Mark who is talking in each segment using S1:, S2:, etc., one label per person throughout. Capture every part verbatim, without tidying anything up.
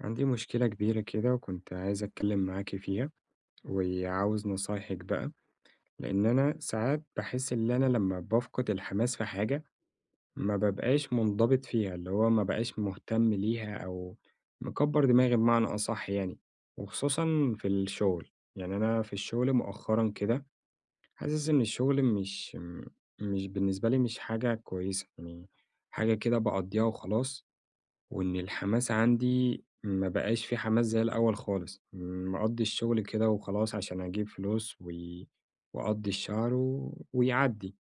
S1: عندي مشكلة كبيرة كده وكنت عايز أتكلم معاكِ فيها، وعاوز نصايحِك بقى، لإن أنا ساعات باحس إن أنا لمّا بافقد الحماس في حاجة، ما بابقاش منضبط فيها، اللي هو ما بابقاش مهتم ليها أو مكبّر دماغي بمعنى أصح يعني، وخصوصًا في الشغل، يعني أنا في الشغل مؤخرًا كده حاسس إن الشغل مش مش بالنسبة لي مش حاجة كويسة، يعني حاجة كده باقضّيها وخلاص. وإن الحماس عندي ما بقاش في حماس زي الأول خالص، م- مقضّي الشغل كده وخلاص عشان أجيب فلوس و وأقضّي الشهر و ويعدّي،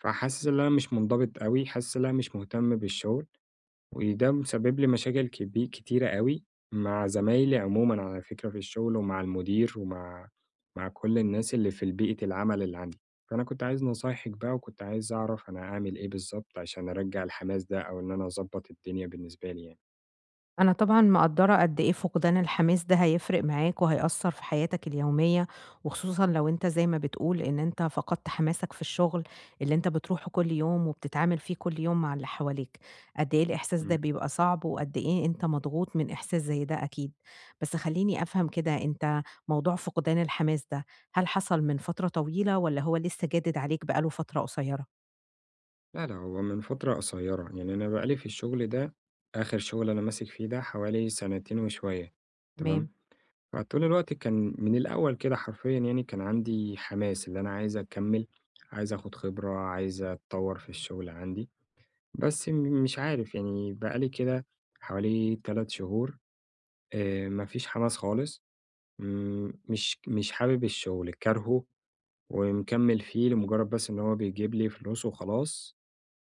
S1: فحاسس إن أنا مش منضبط أوي، حاسس إن أنا مش مهتم بالشغل، وده مسبب لي مشاكل كبي كتيرة أوي مع زمايلي عمومًا على فكرة في الشغل ومع المدير ومع مع كل الناس اللي في بيئة العمل اللي عندي، فأنا كنت عايز نصايحِك بقى وكنت عايز أعرف أنا أعمل إيه بالضبط عشان أرجّع الحماس ده أو إن أنا أضبّط الدنيا بالنسبة لي يعني؟
S2: أنا طبعًا مقدّرة قد إيه فقدان الحماس ده هيفرق معاك وهيأثّر في حياتك اليومية، وخصوصًا لو أنت زي ما بتقول إن أنت فقدت حماسك في الشغل اللي أنت بتروحه كل يوم وبتتعامل فيه كل يوم مع اللي حواليك، قد إيه الإحساس ده
S1: إمم.
S2: بيبقى صعب وقد إيه أنت مضغوط من إحساس زي ده أكيد. بس خلّيني أفهم كده أنت موضوع فقدان الحماس ده، هل حصل من فترة طويلة والّا هو لسه جادد عليك بقى له فترة قصيّرة؟
S1: لا، لأ، هو من فترة قصيّرة، يعني أنا بقى لي في الشغل ده آخر شغل أنا ماسك فيه ده حوالي سنتين وشوية،
S2: تمام،
S1: تمام؟ فطول الوقت كان من الأول كده حرفيًا يعني كان عندي حماس، اللي أنا عايز أكمّل، عايز آخُد خبرة، عايز أتطوّر في الشغل عندي، بس م مش عارف يعني بقى لي كده حوالي تلات شهور، آآ، ما فيش حماس خالص، إمم، مش مش حابب الشغل، كارهه ومكمّل فيه لمجرد بس إن هو بيجيب لي فلوس وخلاص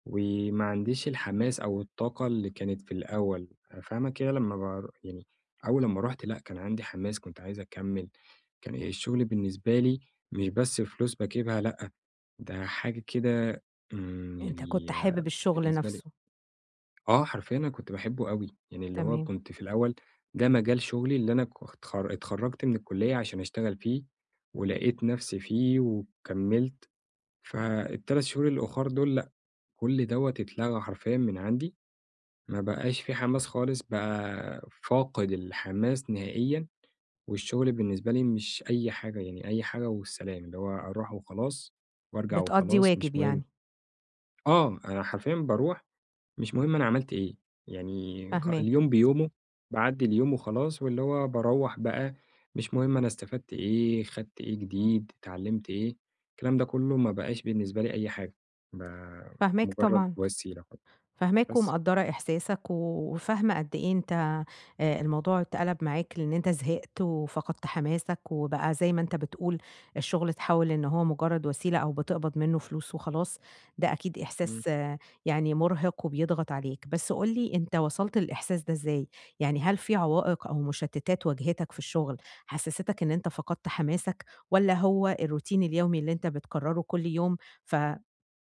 S1: وما عنديش الحماس أو الطاقة اللي كانت في الأول، فاهمة كده لمّا بار يعني أول لمّا رُحت لأ، كان عندي حماس، كنت عايز أكمّل، كان الشغل بالنسبة لي مش بس فلوس باجيبها لأ، ده حاجة كده إمم،
S2: أنت كنت
S1: يعني
S2: حابب الشغل
S1: بالنسبة لي
S2: نَفْسه،
S1: آه، حرفيًا أنا كنت باحبه أوي، يعني اللي هو
S2: تمام،
S1: كنت في الأول ده مجال شغلي اللي أنا ك اتخر اتخرّجت من الكلية عشان أشتغل فيه، ولقيت نفسي فيه وكمّلت، فال3 شهور الأخر دول لأ، كل دوّة اتلغى حرفيًا من عندي. ما بقاش في حماس خالص، بقى فاقد الحماس نهائيًا، والشغل بالنسبة لي مش أي حاجة، يعني أي حاجة والسلام، اللي هو أروح وخلاص وأرجع
S2: بتقضّي
S1: وخلاص مش
S2: واجب
S1: مهم.
S2: يعني،
S1: آه، أنا حرفيًا باروح مش مهم أنا عملت إيه، يعني خ
S2: فاهماك.
S1: اليوم بيومه، باعدّي اليوم وخلاص، واللي هو باروّح بقى مش مهم أنا استفدت إيه، خدت إيه جديد، اتعلمت إيه، الكلام ده كله ما بقاش بالنسبة لي أي حاجة، ب
S2: فاهماك
S1: مجرد
S2: طبعًا،
S1: وسيلة
S2: فاهماك
S1: بس.
S2: ومقدّرة إحساسك، وفاهمة قد إيه أنت آآ الموضوع اتقلب معاك لإن أنت زهقت وفقدت حماسك، وبقى زي ما أنت بتقول الشغل اتحول إن هو مجرد وسيلة أو بتقبض منه فلوس وخلاص، ده أكيد
S1: إمم.
S2: إحساس آه، يعني مُرهق وبيضغط عليك. بس قُل لي أنت وصلت للإحساس ده إزاي؟ يعني هل في عوائق أو مشتتات واجهتك في الشغل حسستك إن أنت فقدت حماسك، والّا هو الروتين اليومي اللي أنت بتكرره كل يوم ف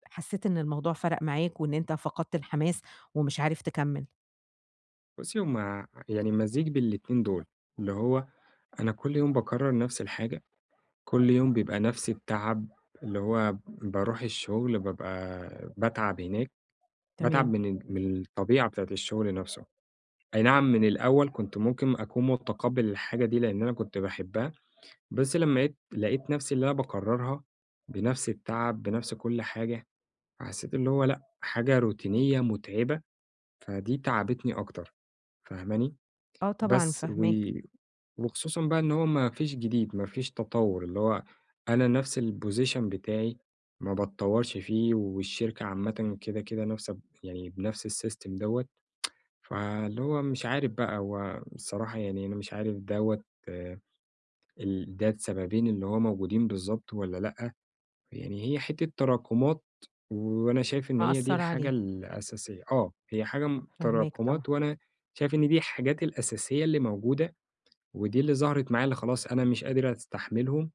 S2: حسيت إن الموضوع فرق معاك وإن أنت فقدت الحماس ومش عارف تكمّل،
S1: بُصّي، هم يعني مزيج بين الاتنين دول، اللي هو أنا كل يوم باكرّر نفس الحاجة، كل يوم بيبقى نفس التعب، اللي هو باروح الشغل بابقى باتعب هناك، باتعب
S2: تمام.
S1: من ال من الطبيعة بتاعة الشغل نفسه، أي نعم من الأول كنت ممكن أكون متقبّل الحاجة دي لإن أنا كنت باحبها، بس لمّا لقيت لقيت نفسي اللي أنا باكرّرها بنفس التعب، بنفس كل حاجة، فحسيت اللي هو لأ، حاجة روتينية مُتعبة، فدي تعبتني أكتر، فاهماني؟
S2: آه طبعًا
S1: بس و
S2: فاهماك،
S1: وخصوصًا بقى إن هو ما فيش جديد، ما فيش تطوُّر، اللي هو أنا نفس الposition بتاعي ما باتطوّرش فيه والشركة عامةً كده، كده نفس ب يعني بنفس الsystem دوّة، فاللي هو مش عارف بقى هو الصراحة يعني أنا مش عارف دوّة ال ده السببين اللي هو موجودين بالضبط والّا لأ، يعني هي حتّة تراكمات وأنا شايف إن هي دي
S2: مأثّرة
S1: الحاجة
S2: عليك،
S1: الأساسية، آه، هي حاجة م
S2: فاهماك طبعًا.
S1: تراكمات وأنا شايف إن دي الحاجات الأساسية اللي موجودة ودي اللي ظهرت معايا اللي خلاص أنا مش قادر أستحملهم،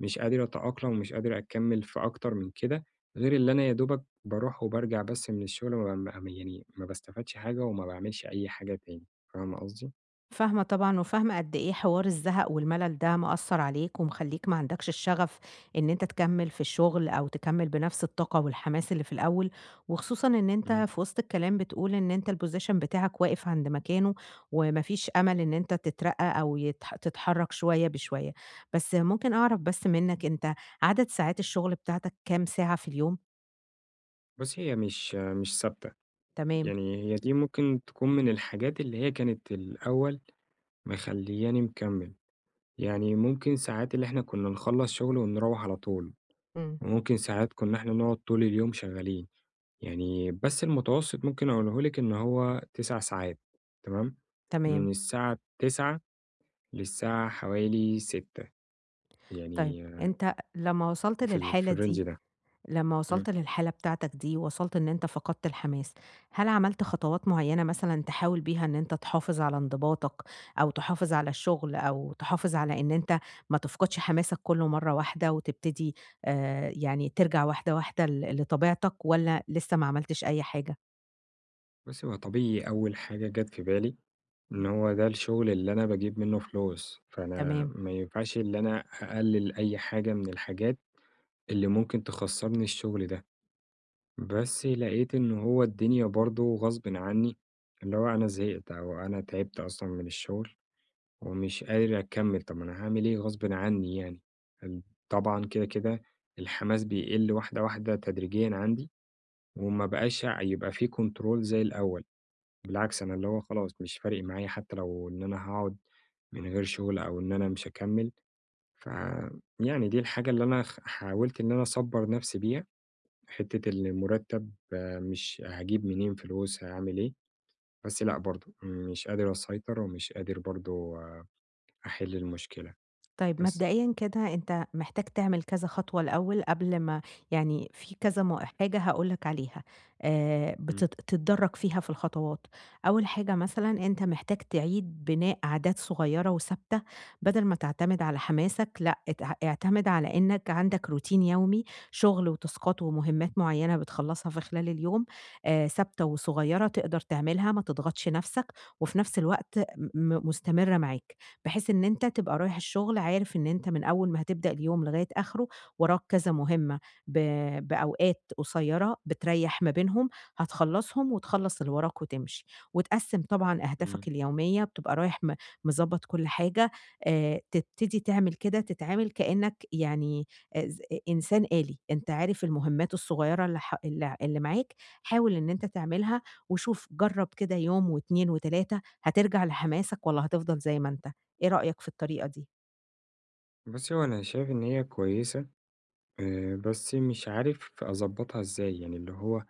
S1: مش قادر أتأقلم، ومش قادر أكمّل في أكتر من كده، غير اللي أنا يا دوبك باروح وبارجع بس من الشغل ما ما يعني ما باستفادش حاجة وما باعملش أي حاجة تاني، فاهمة قصدي؟
S2: فاهمة طبعًا، وفاهمة قد إيه حوار الزهق والملل ده مأثّر عليك ومخلّيك ما عندكش الشغف إن أنت تكمّل في الشغل أو تكمّل بنفس الطاقة والحماس اللي في الأول، وخصوصًا إن أنت
S1: إمم.
S2: في وسط الكلام بتقول إن أنت الposition بتاعك واقف عند مكانه، وما فيش أمل إن أنت تترقّى أو يتح تتحرّك شوية بشوية. بس ممكن أعرف بس منّك أنت عدد ساعات الشغل بتاعتك كام ساعة في اليوم؟
S1: بُصّي، هي مش مش ثابتة،
S2: تمام،
S1: يعني هي دي ممكن تكون من الحاجات اللي هي كانت الأول مخلّياني مكمّل، يعني ممكن ساعات اللي إحنا كنا نخلّص شغل ونروّح على طول،
S2: إمم،
S1: وممكن ساعات كنا إحنا نقعد طول اليوم شغالين. يعني بس المتوسط ممكن أقوله لِك إن هو تسع ساعات تمام،
S2: تمام.
S1: من الساعة تسعة للساعة حوالي ستة
S2: طيب
S1: يعني
S2: أنت لمّا وصلت
S1: في ال في
S2: للحالة
S1: الrange
S2: دي
S1: ده،
S2: لمّا وصلت
S1: إمم.
S2: للحالة بتاعتك دي، وصلت إن أنت فقدت الحماس، هل عملت خطوات معيّنة مثلًا تحاول بيها إن أنت تحافظ على انضباطك، أو تحافظ على الشغل، أو تحافظ على إن أنت ما تفقدش حماسك كلّه مرّة واحدة، وتبتدي آآ يعني ترجع واحدة واحدة ل لطبيعتك، والّا لسه ما عملتش أي حاجة؟
S1: بُصّي، هو طبيعي أول حاجة جات في بالي إن هو ده الشغل اللي أنا باجيب منه فلوس، فأنا
S2: تمام.
S1: ما ينفعش اللي أنا أقلل أي حاجة من الحاجات اللي ممكن تخسّرني الشغل ده، بس لقيت إن هو الدنيا برضه غصبٍ عني، اللي هو أنا زهقت أو أنا تعبت أصلًا من الشغل. ومش قادر أكمّل، طب ما أنا هاعمل إيه غصبٍ عني يعني، ال طبعًا كده، كده الحماس بيقِل واحدة، واحدة تدريجيًا عندي، وما بقاش ع يبقى في control زي الأول، بالعكس أنا اللي هو خلاص مش فارق معايا حتى لو إن أنا هاقعد من غير شغل أو إن أنا مش هاكمّل، ف يعني دي الحاجة اللي أنا خ حاولت إن أنا أصبّر نفسي بيها، حتّة المرتّب آه، مش هاجيب منين فلوس، هاعمل إيه، بس لأ برضه مش قادر أسيطر ومش قادر برضه أحِل المشكلة،
S2: طيب
S1: بس.
S2: مبدئيًا كده أنت محتاج تعمل كذا خطوة الأول قبل ما يعني في كذا م حاجة هاقول لك عليها آآ
S1: إمم،
S2: بتت تتدرج فيها في الخطوات، أول حاجة مثلًا أنت محتاج تعيد بناء عادات صغيرة وثابتة، بدل ما تعتمد على حماسك لأ ات اعتمد على إنك عندك روتين يومي، شغل وتاسكات ومهمات معينة بتخلصها في خلال اليوم آآ ثابتة وصغيرة تقدر تعملها، ما تضغطش نفسك، وفي نفس الوقت م مستمرة معاك. بحيث إن أنت تبقى رايح الشغل عارف إن أنت من أول ما هتبدأ اليوم لغاية آخره وراك كذا مهمة ب بأوقات قصيرة بتريّح ما بينهم، هتخلّصهم وتخلّص اللي وراك وتمشي. وتقسّم طبعًا
S1: إمم.
S2: أهدافك اليومية، بتبقى رايح م مضبّط كل حاجة، آآ تبتدي تعمل كده، تتعامل كإنّك يعني آآ ز إنسان آلي، أنت عارف المهمات الصغيرة اللي ح اللي اللي معاك، حاول إن أنت تعملها وشوف جرّب كده يوم و اتنين و تلاتة هترجع لحماسك والّا هتفضل زي ما أنت. إيه رأيك في الطريقة دي؟
S1: بُصّي، هو أنا شايف إن هي كويسة، آآ، بس مش عارف أضبّطها إزاي، يعني اللي هو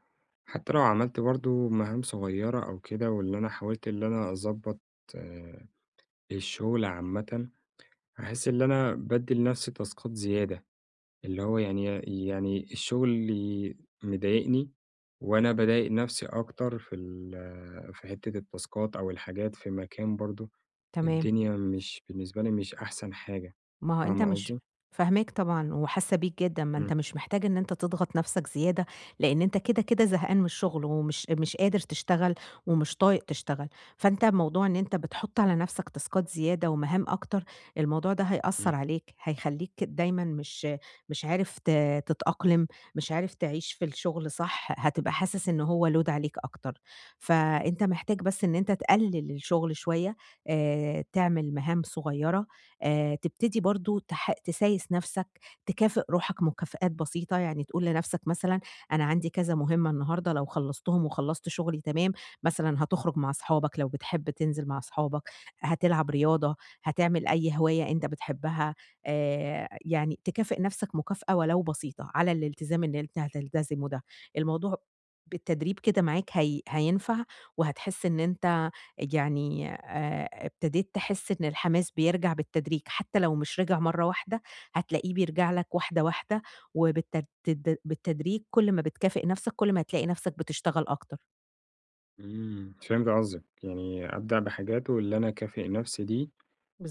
S1: حتى لو عملت برضه مهام صغيّرة أو كده، واللي أنا حاولت اللي أنا أضبّط آه، الشغل عامةً، هاحس اللي أنا بادّي لنفسي تاسكات زيادة، اللي هو يعني يعني الشغل اللي مضايقني، وأنا باضايق نفسي أكتر في ال في حتّة التاسكات أو الحاجات في مكان برضه
S2: تمام.
S1: الدنيا مش بالنسبة لي مش أحسن حاجة،
S2: ما هو أنت
S1: فاهمة
S2: مش
S1: قصدي؟
S2: فاهماك طبعًا وحاسة بيك جدًا، ما أنت
S1: إمم.
S2: مش محتاج إن أنت تضغط نفسك زيادة، لإن أنت كده، كده زهقان من الشغل ومش مش قادر تشتغل ومش طايق تشتغل، فأنت موضوع إن أنت بتحط على نفسك تاسكات زيادة ومهام أكتر، الموضوع ده
S1: إمم،
S2: هيأثّر عليك، هيخلّيك دايمًا مش مش عارف ت تتأقلم، مش عارف تعيش في الشغل صح، هتبقى حاسس إن هو load عليك أكتر، فأنت محتاج بس إن أنت تقلل الشغل شوية، آآ تعمل مهام صغيرة آآ تبتدي برضه تح تسايس نَفْسك، تكافئ روحك مكافآت بسيطة، يعني تقول لنَفْسك مثلًا أنا عندي كذا مهمة النهارده لو خلّصتهم وخلّصت شغلي تمام، مثلًا هتخرج مع أصحابك لو بتحب تنزل مع أصحابك، هتلعب رياضة، هتعمل أي هواية أنت بتحبها، آآ يعني تكافئ نَفْسك مكافأة ولو بسيطة على الالتزام اللي أنت هتلتزمه ده. الموضوع بالتدريب كده معاك هي هينفع، وهتحس إن أنت يعني آآ ابتديت تحس إن الحماس بيرجع بالتدريج، حتى لو مش رِجع مرّة واحدة، هتلاقيه بيرجع لك واحدة، واحدة، وبالتد بالتدريج كل ما بتكافئ نَفْسك، كل ما هتلاقي نَفْسك بتشتغل أكتر.
S1: إمم، فهمت قصدك، يعني أبدع بحاجات واللي أنا أكافئ نفسي دي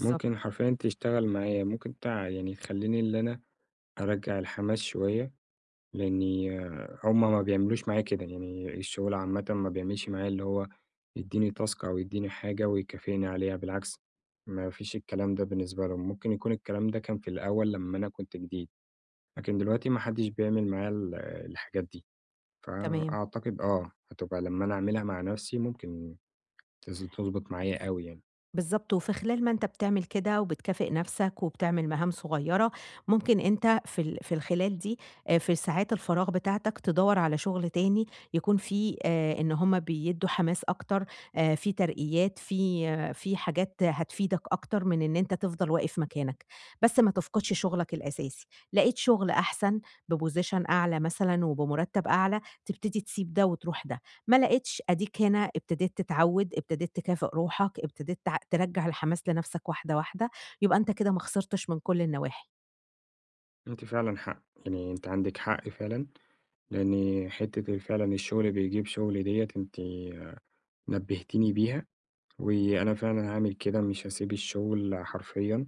S1: ممكن حرفيًا تشتغل معايا، ممكن تع يعني تخلّيني اللي أنا أرجّع الحماس شوية، لإني هُم ما بيعملوش معايا كده، يعني الشغل عامةً ما بيعملش معايا اللي هو يدّيني task أو يدّيني حاجة ويكافئني عليها، بالعكس ما فيش الكلام ده بالنسبة لهم، ممكن يكون الكلام ده كان في الأول لمّا أنا كنت جديد، لكن دلوقتي ما حدش بيعمل معايا ال الحاجات دي،
S2: تمام.
S1: فأعتقد آه، هتبقى لمّا أنا أعملها مع نفسي ممكن تز تضبط معايا أوي يعني.
S2: بالضبط، وفي خلال ما أنت بتعمل كده وبتكافئ نَفْسك وبتعمل مهام صغيّرة، ممكن أنت في ال في الخلال دي آآ في ساعات الفراغ بتاعتك تدوّر على شُغل تاني يكون فيه آآ إن هم بيدّوا حماس أكتر، آآ في ترقيات، في آه، في حاجات هتفيدك أكتر من إن أنت تفضل واقف مكانك، بس ما تفقدش شُغلك الأساسي. لقيت شُغل أحسن بposition أعلى مثلًا وبمُرتَّب أعلى، تبتدي تسيب ده وتروح ده. ما لقيتش، أديك هنا ابتديت تتعوّد، ابتديت تكافئ روحك، ابتديت تع ترجّع الحماس لنفسك واحدة، واحدة، يبقى أنت كده ما خسرتش من كل النواحي.
S1: أنتِ فعلًا حق، يعني أنتِ عندِك حق فعلًا، لإن حتّة ال فعلًا الشغل بيجيب شغل ديّة أنتِ نبهتيني بيها، وأنا فعلًا هاعمل كده مش هاسيب الشغل حرفيًا،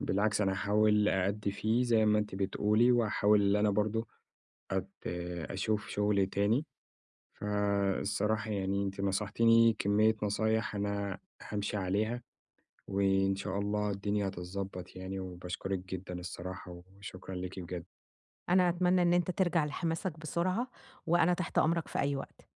S1: بالعكس أنا هاحاول أأدّي فيه زي ما أنتِ بتقولي، وهاحاول إن أنا برضه أت أشوف شغل تاني، فالصراحة يعني أنتِ نصحتيني كمية نصايح أنا هامشي عليها، وإن شاء الله الدنيا هتتضبط يعني، وباشكرِك جدًا الصراحة، وشكرًا ليكِ بجد.
S2: أنا أتمنى إن أنت ترجع لحماسك بسرعة، وأنا تحت أمرك في أي وقت.